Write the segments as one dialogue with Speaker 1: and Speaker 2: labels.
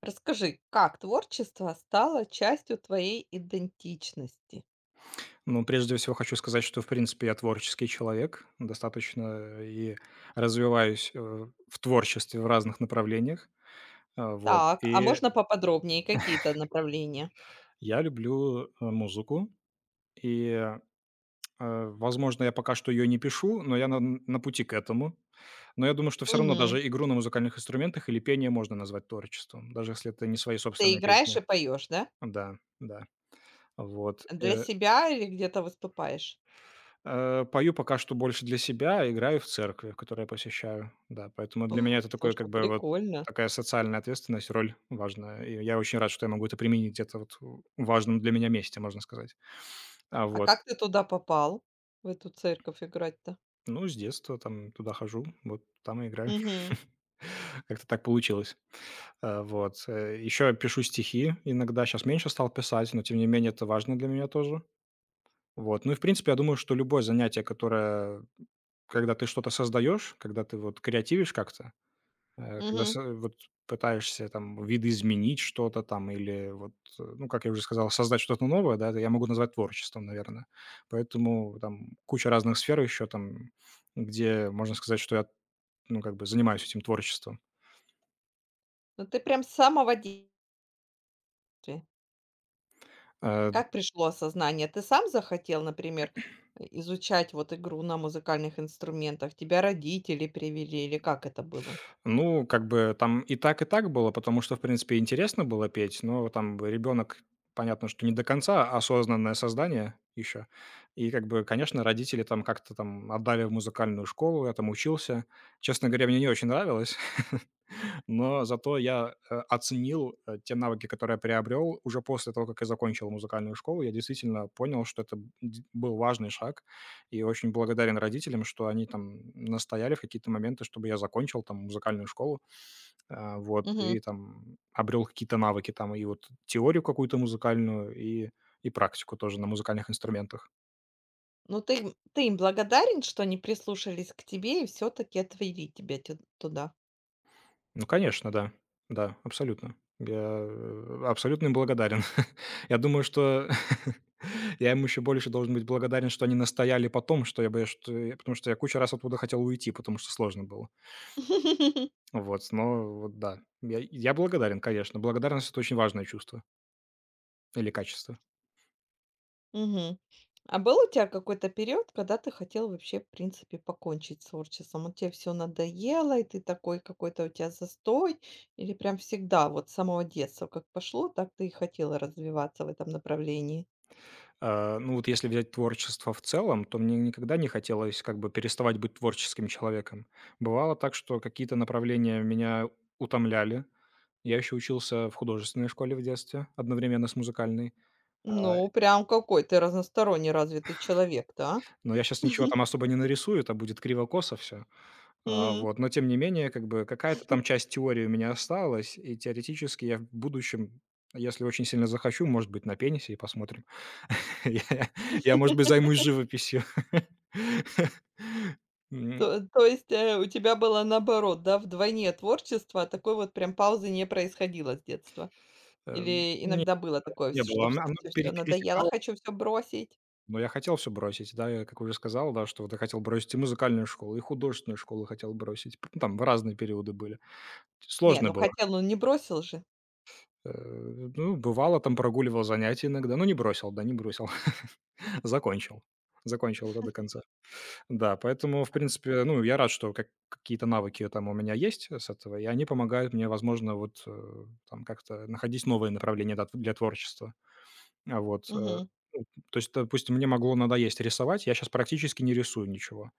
Speaker 1: Расскажи, как творчество стало частью твоей идентичности?
Speaker 2: Ну, прежде всего хочу сказать, что, в принципе, я творческий человек, достаточно и развиваюсь, в творчестве в разных направлениях. А, вот,
Speaker 1: Так, а
Speaker 2: и
Speaker 1: можно поподробнее какие-то направления?
Speaker 2: я люблю, музыку, и, возможно, я пока что ее не пишу, но я на пути к этому. Но я думаю, что все равно
Speaker 1: Мгм.
Speaker 2: даже игру на музыкальных инструментах или пение можно назвать творчеством, даже если это не свои
Speaker 1: Ты
Speaker 2: собственные
Speaker 1: играешь
Speaker 2: песни.
Speaker 1: и поешь, да?
Speaker 2: Да, да. Вот,
Speaker 1: Для
Speaker 2: э
Speaker 1: себя или где-то выступаешь?
Speaker 2: Э, пою пока что больше для себя, играю в церкви, которую я посещаю. Да, поэтому для
Speaker 1: О,
Speaker 2: меня это такое,
Speaker 1: слушай,
Speaker 2: как бы, вот
Speaker 1: прикольно.
Speaker 2: такая социальная ответственность, роль важная. И я очень рад, что я могу это применить где-то вот в важном для меня месте, можно сказать. А,
Speaker 1: А
Speaker 2: вот.
Speaker 1: как ты туда попал, в эту церковь играть-то?
Speaker 2: Ну, с детства там туда хожу, вот там и играю.
Speaker 1: Угу,
Speaker 2: Как-то так получилось. Вот. Еще пишу стихи иногда. Сейчас меньше стал писать, но тем не менее это важно для меня тоже. Вот. Ну и, в принципе, я думаю, что любое занятие, которое, когда ты что-то создаешь, когда ты вот креативишь как-то, когда
Speaker 1: угу.
Speaker 2: вот пытаешься там видоизменить что-то там или вот, ну, как я уже сказал, создать что-то новое, да, это я могу назвать творчеством, наверное. Поэтому там куча разных сфер еще там, где можно сказать, что я, ну, как бы занимаюсь этим творчеством.
Speaker 1: Ну ты прям с самого детства.
Speaker 2: Э,
Speaker 1: Как пришло осознание? Ты сам захотел, например, изучать вот игру на музыкальных инструментах? Тебя родители привели или как это было?
Speaker 2: Ну, как бы там и так было, потому что, в принципе, интересно было петь, но там ребенок, понятно, что не до конца а осознанное создание еще. И как бы, конечно, родители там как-то там отдали в музыкальную школу, я там учился. Честно говоря, мне не очень нравилось, но зато я оценил те навыки, которые я приобрел уже после того, как я закончил музыкальную школу. Я действительно понял, что это был важный шаг и очень благодарен родителям, что они там настояли в какие-то моменты, чтобы я закончил там музыкальную школу, а, вот,
Speaker 1: Мгм.
Speaker 2: и там обрел какие-то навыки там, и вот теорию какую-то музыкальную, и практику тоже на музыкальных инструментах.
Speaker 1: Ну, ты им благодарен, что они прислушались к тебе и все таки отвели тебя тю туда?
Speaker 2: Ну, конечно, да, да, абсолютно. Я абсолютно им благодарен. Я думаю, что я им еще больше должен быть благодарен, что они настояли потом, что я бы, что, я- потому что я кучу раз оттуда хотел уйти, потому что сложно было. Вот, но вот да. Я благодарен, конечно. Благодарность — это очень важное чувство или качество.
Speaker 1: Мгм. А был у тебя какой-то период, когда ты хотел вообще, в принципе, покончить с творчеством? Вот те всё надоело, и ты такой какой-то у тебя застой? Или прям всегда, вот с самого детства как пошло, так ты и хотела развиваться в этом направлении?
Speaker 2: А, ну, вот если взять творчество в целом, то мне никогда не хотелось как бы переставать быть творческим человеком. Бывало так, что какие-то направления меня утомляли. Я еще учился в художественной школе в детстве одновременно с музыкальной. А,
Speaker 1: Ну, прям какой ты разносторонне развитый человек-то, а?
Speaker 2: но я сейчас ничего там особо не нарисую, это будет криво-косо все. А, вот, но тем не менее, как бы какая-то там часть теории у меня осталась, и теоретически я в будущем, если очень сильно захочу, может быть, на пенисе и посмотрим. Я, я, может быть, займусь живописью. М,
Speaker 1: То есть, у тебя было наоборот, да, вдвойне творчество, а такой вот прям паузы не происходило с детства?
Speaker 2: э,
Speaker 1: Или
Speaker 2: Не,
Speaker 1: иногда было такое,
Speaker 2: не
Speaker 1: вс что
Speaker 2: было.
Speaker 1: все,
Speaker 2: Оно
Speaker 1: все, все надоело,
Speaker 2: пересекало,
Speaker 1: хочу все бросить?
Speaker 2: но я хотел все бросить, да, я, как уже сказал, да, что вот я хотел бросить и музыкальную школу, и художественную школу хотел бросить. Там в разные периоды были.
Speaker 1: Не,
Speaker 2: Сложно
Speaker 1: ну
Speaker 2: было.
Speaker 1: хотел, но не бросил же.
Speaker 2: Э, Ну, бывало, там прогуливал занятия иногда, но не бросил, да, не бросил. Закончил. Закончил это до конца. Да, поэтому, в принципе, ну, я рад, что как какие-то навыки там у меня есть с этого, и они помогают мне, возможно, вот, там как-то находить новые направления да для творчества. А вот,
Speaker 1: Мгм.
Speaker 2: ну, то есть, допустим, мне могло надоесть рисовать, я сейчас практически не рисую ничего.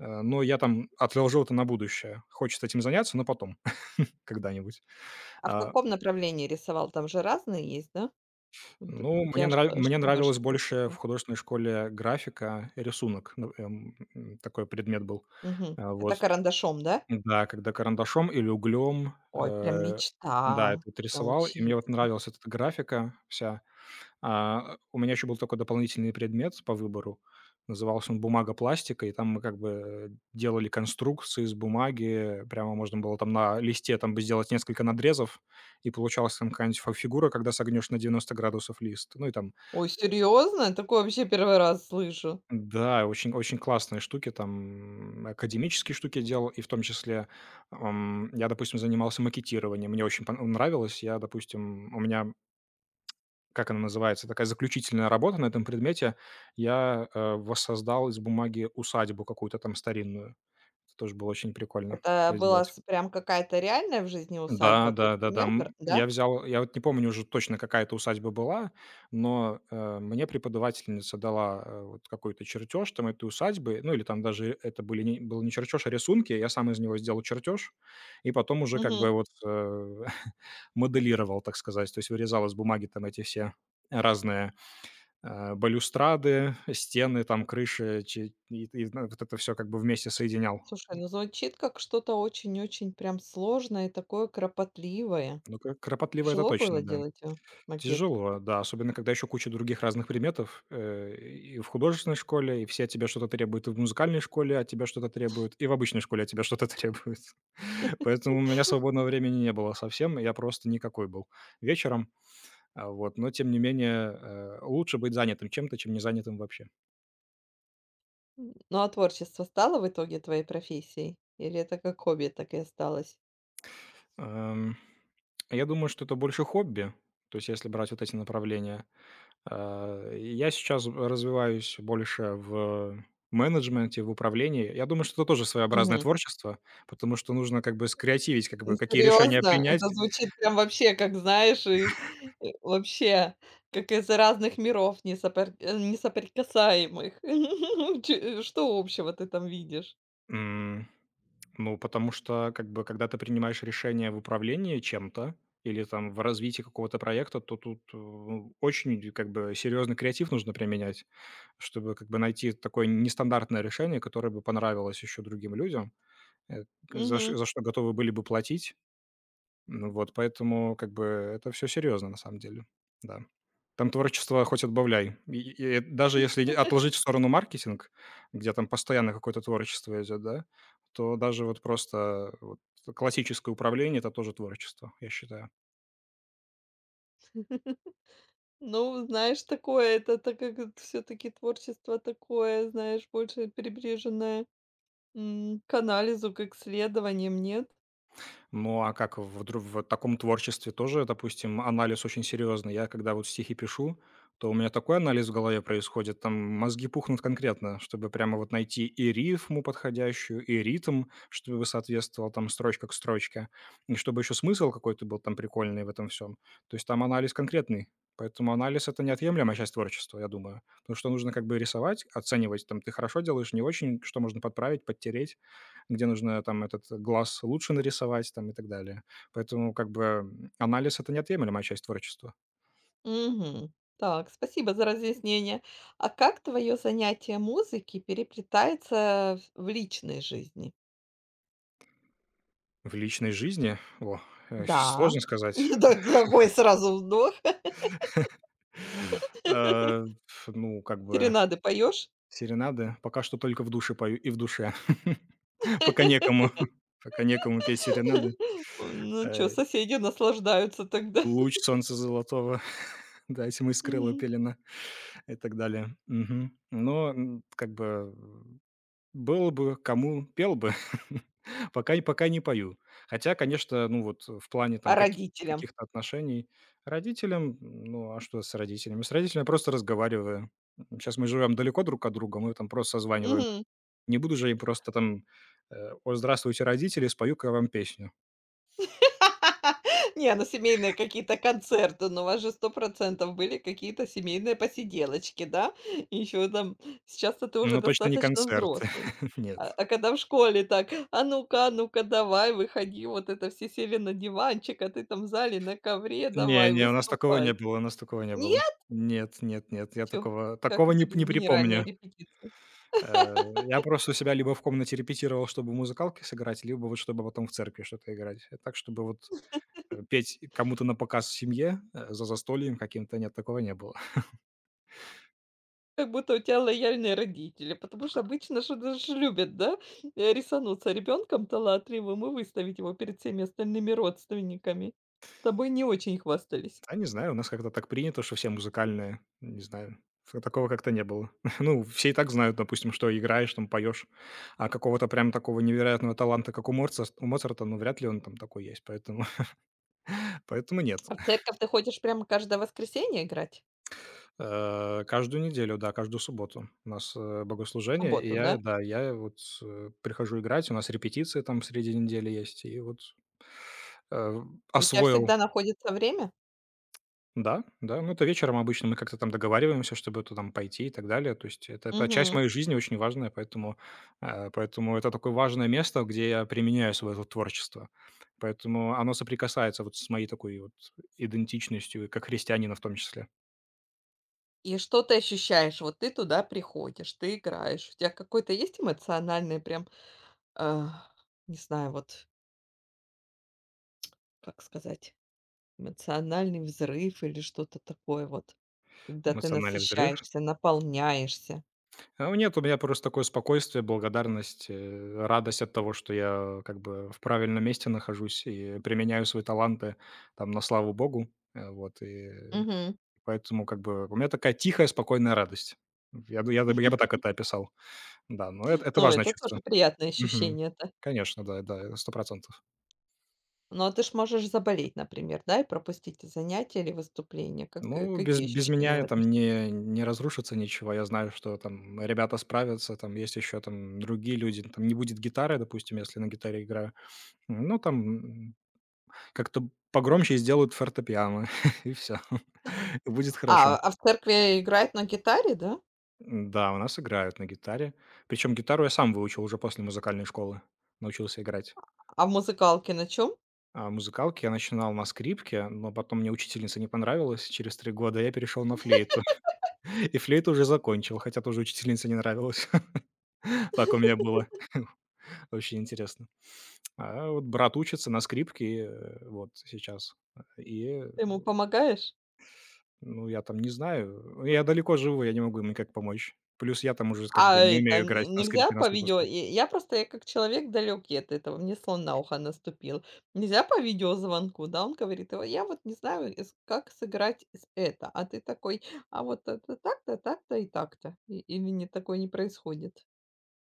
Speaker 2: Но я там отложил это на будущее. Хочется этим заняться, но потом, когда-нибудь.
Speaker 1: А в
Speaker 2: А
Speaker 1: каком направлении рисовал? Там же разные есть, да? Вот
Speaker 2: Ну,
Speaker 1: у тебя что
Speaker 2: мне
Speaker 1: что больше
Speaker 2: нравилось
Speaker 1: всего
Speaker 2: больше в
Speaker 1: впечатля
Speaker 2: художественной школе графика, рисунок. Ну, такой предмет был.
Speaker 1: Мгм.
Speaker 2: А,
Speaker 1: Это
Speaker 2: вот.
Speaker 1: карандашом, да?
Speaker 2: Да, когда карандашом или углем,
Speaker 1: Ой, прям
Speaker 2: да, это
Speaker 1: мечта
Speaker 2: вот рисовал, и мне вот
Speaker 1: научиться.
Speaker 2: нравилась эта графика вся. А, у меня еще был такой дополнительный предмет по выбору. Назывался он «Бумага, пластика», и там мы как бы, делали конструкции из бумаги. Прямо можно было там на листе там бы сделать несколько надрезов, и получалась там какая-нибудь фа фигура, когда согнешь на 90° лист. Ну и там.
Speaker 1: Ой, серьезно? Такое вообще первый раз слышу.
Speaker 2: Да, очень очень классные штуки там, академические штуки делал, и в том числе, я, допустим, занимался макетированием. Мне очень пон нравилось. Я, допустим, у меня, как она называется, такая заключительная работа на этом предмете. Я, воссоздал из бумаги усадьбу какую-то там старинную. Это тоже было очень прикольно.
Speaker 1: Это
Speaker 2: Я
Speaker 1: была с прям какая-то реальная в жизни
Speaker 2: Да,
Speaker 1: усадьба? Ты
Speaker 2: да, да-да.
Speaker 1: пример бра да?
Speaker 2: Я взял, я вот не помню уже точно, какая это усадьба была, но, мне преподавательница дала, вот какой-то чертеж там этой усадьбы. Ну, или там даже это был не чертеж, а рисунки. Я сам из него сделал чертеж и потом уже как
Speaker 1: Мгм.
Speaker 2: бы вот, моделировал, так сказать. То есть вырезал из бумаги там эти все разные, балюстрады, стены, там крыши, че и ну, вот это все как бы вместе соединял.
Speaker 1: Слушай, ну звучит как что-то очень-очень прям сложное и такое кропотливое.
Speaker 2: Ну, кр кропотливо это
Speaker 1: Тяжело было
Speaker 2: точно, да.
Speaker 1: делать, а, макет?
Speaker 2: Тяжело, да, особенно когда еще куча других разных предметов, и в художественной школе, и все от тебя что-то требуют, и в музыкальной школе от тебя что-то требуют, и в обычной школе от тебя что-то требуют. Поэтому у меня свободного времени не было совсем, я просто никакой был вечером, а, вот. Но тем не менее, лучше быть занятым чем-то, чем не занятым вообще.
Speaker 1: Ну, а творчество стало в итоге твоей профессией? Или это как хобби так и осталось?
Speaker 2: Эм, я думаю, что это больше хобби, то есть если брать вот эти направления. Я сейчас развиваюсь больше в менеджменте, в управлении. Я думаю, что это тоже своеобразное
Speaker 1: Мгм.
Speaker 2: творчество, потому что нужно как бы скреативить, как
Speaker 1: Ну,
Speaker 2: бы какие решения
Speaker 1: серьезно? Это
Speaker 2: принять.
Speaker 1: звучит прям вообще, как знаешь, и вообще, как из разных миров несоприкасаемых. Че что общего ты там видишь?
Speaker 2: М, ну, потому что как бы когда ты принимаешь решение в управлении чем-то или там в развитии какого-то проекта, то тут ну, очень как бы серьезный креатив нужно применять, чтобы как бы найти такое нестандартное решение, которое бы понравилось еще другим людям, э,
Speaker 1: Мгм.
Speaker 2: за что готовы были бы платить. Ну вот, поэтому как бы это все серьезно на самом деле, да. Там творчество хоть отбавляй. И даже если и отложить в сторону маркетинг, где там постоянно какое-то творчество идет, да, то даже вот просто вот классическое управление — это тоже творчество, я считаю.
Speaker 1: Ну, знаешь, такое, это так как все таки творчество такое, знаешь, больше прибреженное, к анализу, к исследованиям, нет?
Speaker 2: Ну, а как в таком творчестве тоже, допустим, анализ очень серьезный. Я когда вот стихи пишу, то у меня такой анализ в голове происходит, там мозги пухнут конкретно, чтобы прямо вот найти и рифму подходящую, и ритм, чтобы соответствовал там строчка к строчке, и чтобы еще смысл какой-то был там прикольный в этом всем. То есть там анализ конкретный. Поэтому анализ — это неотъемлемая часть творчества, я думаю. Потому что нужно как бы рисовать, оценивать, там, ты хорошо делаешь, не очень, что можно подправить, подтереть где нужно там этот глаз лучше нарисовать там и так далее. Поэтому как бы анализ — это неотъемлемая часть творчества.
Speaker 1: Мгм. Так, спасибо за разъяснение. А как твое занятие музыки переплетается в личной жизни?
Speaker 2: В личной жизни, о,
Speaker 1: Да.
Speaker 2: сложно сказать.
Speaker 1: Так, какой сразу вздох.
Speaker 2: Э, Ну, как бы
Speaker 1: Серенады поешь?
Speaker 2: серенады пока что только в душе пою и в душе. Пока некому, пока некому петь серенады.
Speaker 1: Ну что,
Speaker 2: Э,
Speaker 1: соседи наслаждаются тогда.
Speaker 2: Луч солнца золотого, да, тьмы скрыла
Speaker 1: Мгм.
Speaker 2: пелена и так далее. Мгм. Но как бы было бы кому — пел бы, пока и пока не пою. Хотя, конечно, ну вот в плане там
Speaker 1: А родителям?
Speaker 2: каких-то отношений родителям, ну, а что с родителями? С родителями я просто разговариваю. Сейчас мы живем далеко друг от друга, мы там просто созваниваем.
Speaker 1: Мгм.
Speaker 2: Не буду же я им просто там, «О, здравствуйте, родители, спою-ка я вам песню».
Speaker 1: Не, ну семейные какие-то концерты, но у вас же сто процентов были какие-то семейные посиделочки, да? И еще там сейчас-то ты уже
Speaker 2: Но точно не
Speaker 1: достаточно
Speaker 2: концерт.
Speaker 1: взрослый.
Speaker 2: Нет.
Speaker 1: А когда в школе так: а ну-ка, давай, выходи". Вот это все сели на диванчик, а ты там в зале на ковре:
Speaker 2: Не,
Speaker 1: "Давай,
Speaker 2: не, у нас такого не
Speaker 1: выступай".
Speaker 2: было, у нас такого не было. Нет, нет, нет, я
Speaker 1: Нету?
Speaker 2: такого
Speaker 1: Как
Speaker 2: такого
Speaker 1: это
Speaker 2: не
Speaker 1: без
Speaker 2: не
Speaker 1: генеральной
Speaker 2: припомню.
Speaker 1: репетиции?
Speaker 2: Я просто у себя либо в комнате репетировал, чтобы музыкалки сыграть, либо вот чтобы потом в церкви что-то играть. Так, чтобы вот, петь кому-то на показ в семье, за застольем каким-то, нет, такого не было.
Speaker 1: Как будто у тя лояльные родители, потому что обычно ж даже ж любят, да, рисануться ребенком талантливым и выставить его перед всеми остальными родственниками. Тобой не очень хвастались.
Speaker 2: Да, не знаю, у нас как-то так принято, что все музыкальные, не знаю. Ф Такого как-то не было. Ну, все и так знают, допустим, что играешь, там поешь, а какого-то прям такого невероятного таланта, как у Моцарт у Моцарта, ну, вряд ли он там такой есть, поэтому поэтому нет.
Speaker 1: А в церковь ты ходишь прямо каждое воскресенье играть?
Speaker 2: Каждую неделю, да, каждую субботу у нас,
Speaker 1: В
Speaker 2: богослужение. И
Speaker 1: субботу,
Speaker 2: я,
Speaker 1: да?
Speaker 2: да, я вот, прихожу играть, у нас репетиции там среди недели есть. И вот, э,
Speaker 1: И у тебя
Speaker 2: освоил.
Speaker 1: всегда находится время?
Speaker 2: Да, да, ну, это вечером обычно мы как-то там договариваемся, чтобы это там пойти и так далее. То есть это часть
Speaker 1: Мгм.
Speaker 2: моей жизни очень важная, поэтому, поэтому это такое важное место, где я применяю свое вот творчество. Поэтому оно соприкасается вот с моей такой вот идентичностью, как христианина в том числе.
Speaker 1: И что ты ощущаешь? Вот ты туда приходишь, ты играешь. У тебя какой-то есть эмоциональный прям, а, не знаю, вот как сказать? Эмоциональный взрыв или что-то такое вот, когда ты
Speaker 2: Эмоциональный взрыв.
Speaker 1: насыщаешься, наполняешься.
Speaker 2: А, нет, у меня просто такое спокойствие, благодарность, радость от того, что я как бы в правильном месте нахожусь и применяю свои таланты там на славу богу. Вот, и
Speaker 1: Мгм.
Speaker 2: поэтому как бы у меня такая тихая, спокойная радость. Я бы так это описал. Да, но это
Speaker 1: Ну,
Speaker 2: важное
Speaker 1: это
Speaker 2: чувство.
Speaker 1: тоже приятное
Speaker 2: Мгм.
Speaker 1: ощущение-то.
Speaker 2: Конечно, да, да, 100 процентов.
Speaker 1: Ну, а ты ж можешь заболеть, например, да, и пропустить занятия или выступления. Как,
Speaker 2: Ну, без
Speaker 1: какие
Speaker 2: без
Speaker 1: ощущения в
Speaker 2: меня
Speaker 1: этом
Speaker 2: там
Speaker 1: сл
Speaker 2: не не разрушится ничего. Я знаю, что там ребята справятся, там есть еще там другие люди. Там не будет гитары, допустим, если на гитаре играю. Ну, там, как-то погромче сделают фортепиано, и все. И будет
Speaker 1: А,
Speaker 2: хорошо.
Speaker 1: а в церкви играет на гитаре, да?
Speaker 2: Да, у нас играют на гитаре. Причем гитару я сам выучил уже после музыкальной школы, научился играть.
Speaker 1: А в музыкалке на чем?
Speaker 2: А музыкалки я начинал на скрипке, но потом мне учительница не понравилась. Через 3 года я перешел на флейту. И флейту уже закончил, хотя тоже учительница не нравилась. Так у меня было. Очень интересно. А вот брат учится на скрипке, вот сейчас. И...
Speaker 1: Ты ему помогаешь?
Speaker 2: Ну, я там не знаю. Я далеко живу, я не могу им никак помочь. Плюс я там уже как
Speaker 1: А
Speaker 2: бы не
Speaker 1: это
Speaker 2: умею играть
Speaker 1: н
Speaker 2: на
Speaker 1: нельзя
Speaker 2: скрипке на
Speaker 1: по
Speaker 2: стопе.
Speaker 1: видео? И я просто, я как человек далекий от этого, мне слон на ухо наступил. Нельзя по видеозвонку, да? Он говорит: "Ой, я вот не знаю, эс как сыграть с это". А ты такой: "А вот это так-то, так-то и так-то". Или не такое не происходит?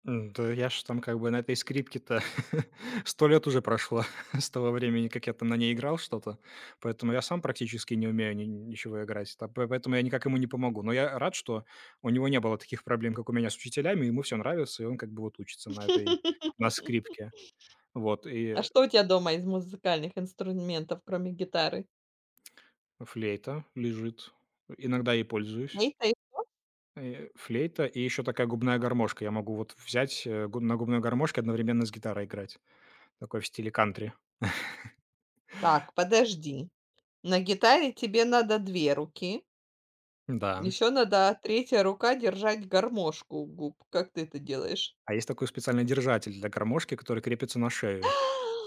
Speaker 2: Да я ж там как бы на этой скрипке-то 100 лет уже прошло с того времени, как я там на ней играл что-то. Поэтому я сам практически не умею ни ничего играть. Та по Поэтому я никак ему не помогу. Но я рад, что у него не было таких проблем, как у меня с учителями. Ему все нравится, и он как бы вот учится на скрипке. Вот, и
Speaker 1: А что у тебя дома из музыкальных инструментов, кроме гитары?
Speaker 2: флейта лежит. Иногда и пользуюсь.
Speaker 1: Флейта и
Speaker 2: Флейта и еще такая губная гармошка. Я могу вот взять, э, гу на губной гармошке одновременно с гитарой играть. Такой в стиле кантри.
Speaker 1: Так, подожди. На гитаре тебе надо 2 руки,
Speaker 2: Да.
Speaker 1: еще надо третья рука держать гармошку у губ. Как ты это делаешь?
Speaker 2: А есть такой специальный держатель для гармошки, который крепится на шею.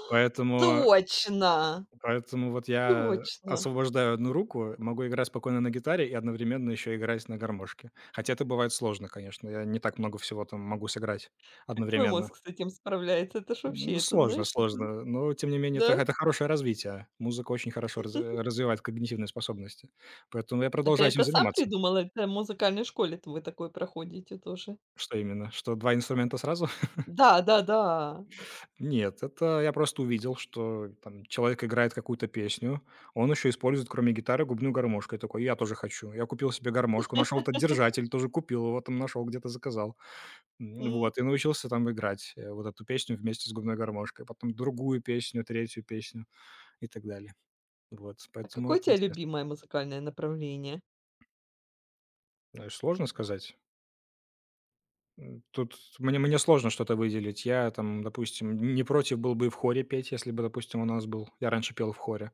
Speaker 2: Поэтому
Speaker 1: Точно,
Speaker 2: поэтому вот я
Speaker 1: точно.
Speaker 2: освобождаю одну руку, могу играть спокойно на гитаре и одновременно еще играть на гармошке. Хотя это бывает сложно, конечно. Я не так много всего там могу сыграть
Speaker 1: Как твой
Speaker 2: одновременно.
Speaker 1: мозг с этим справляется? Это ж вообще,
Speaker 2: Ну,
Speaker 1: это
Speaker 2: сложно,
Speaker 1: знаешь, это
Speaker 2: сложно. Но, тем не менее, это
Speaker 1: да?
Speaker 2: это хорошее развитие. Музыка очень хорошо развивает когнитивные способности. Поэтому я
Speaker 1: А ты
Speaker 2: продолжаю этим
Speaker 1: это сам
Speaker 2: заниматься.
Speaker 1: придумал? Это в музыкальной школе-то вы такое проходите тоже?
Speaker 2: Что именно? Что 2 инструмента сразу?
Speaker 1: Да, да-да.
Speaker 2: Нет, это я просто увидел, что там человек играет какую-то песню, он еще использует, кроме гитары, губную гармошку. Я такой: «Я тоже хочу». Я купил себе гармошку, нашел этот держатель, тоже купил его там, нашел где-то, заказал.
Speaker 1: М.
Speaker 2: Вот, и научился там играть, вот эту песню вместе с губной гармошкой, потом другую песню, третью песню и так далее. Вот,
Speaker 1: А
Speaker 2: поэтому
Speaker 1: какое у
Speaker 2: это
Speaker 1: тебя
Speaker 2: интересно.
Speaker 1: любимое музыкальное направление?
Speaker 2: Знаешь, сложно сказать. Тут мне сложно что-то выделить. Я там, допустим, не против был бы и в хоре петь, если бы, допустим, у нас был я раньше пел в хоре.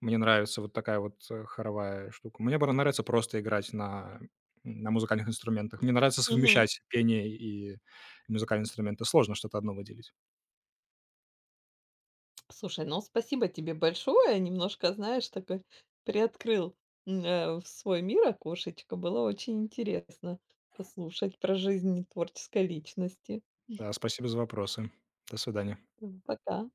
Speaker 2: Мне нравится вот такая вот, хоровая штука. Мне бра нравится просто играть на музыкальных инструментах. Мне нравится
Speaker 1: Мгм.
Speaker 2: совмещать пение и музыкальные инструменты. Сложно что-то одно выделить.
Speaker 1: Слушай, ну спасибо тебе большое. Немножко, знаешь, такой приоткрыл, в свой мир окошечко. Было очень интересно послушать про жизнь творческой личности.
Speaker 2: Да, спасибо за вопросы. До свидания.
Speaker 1: Пока.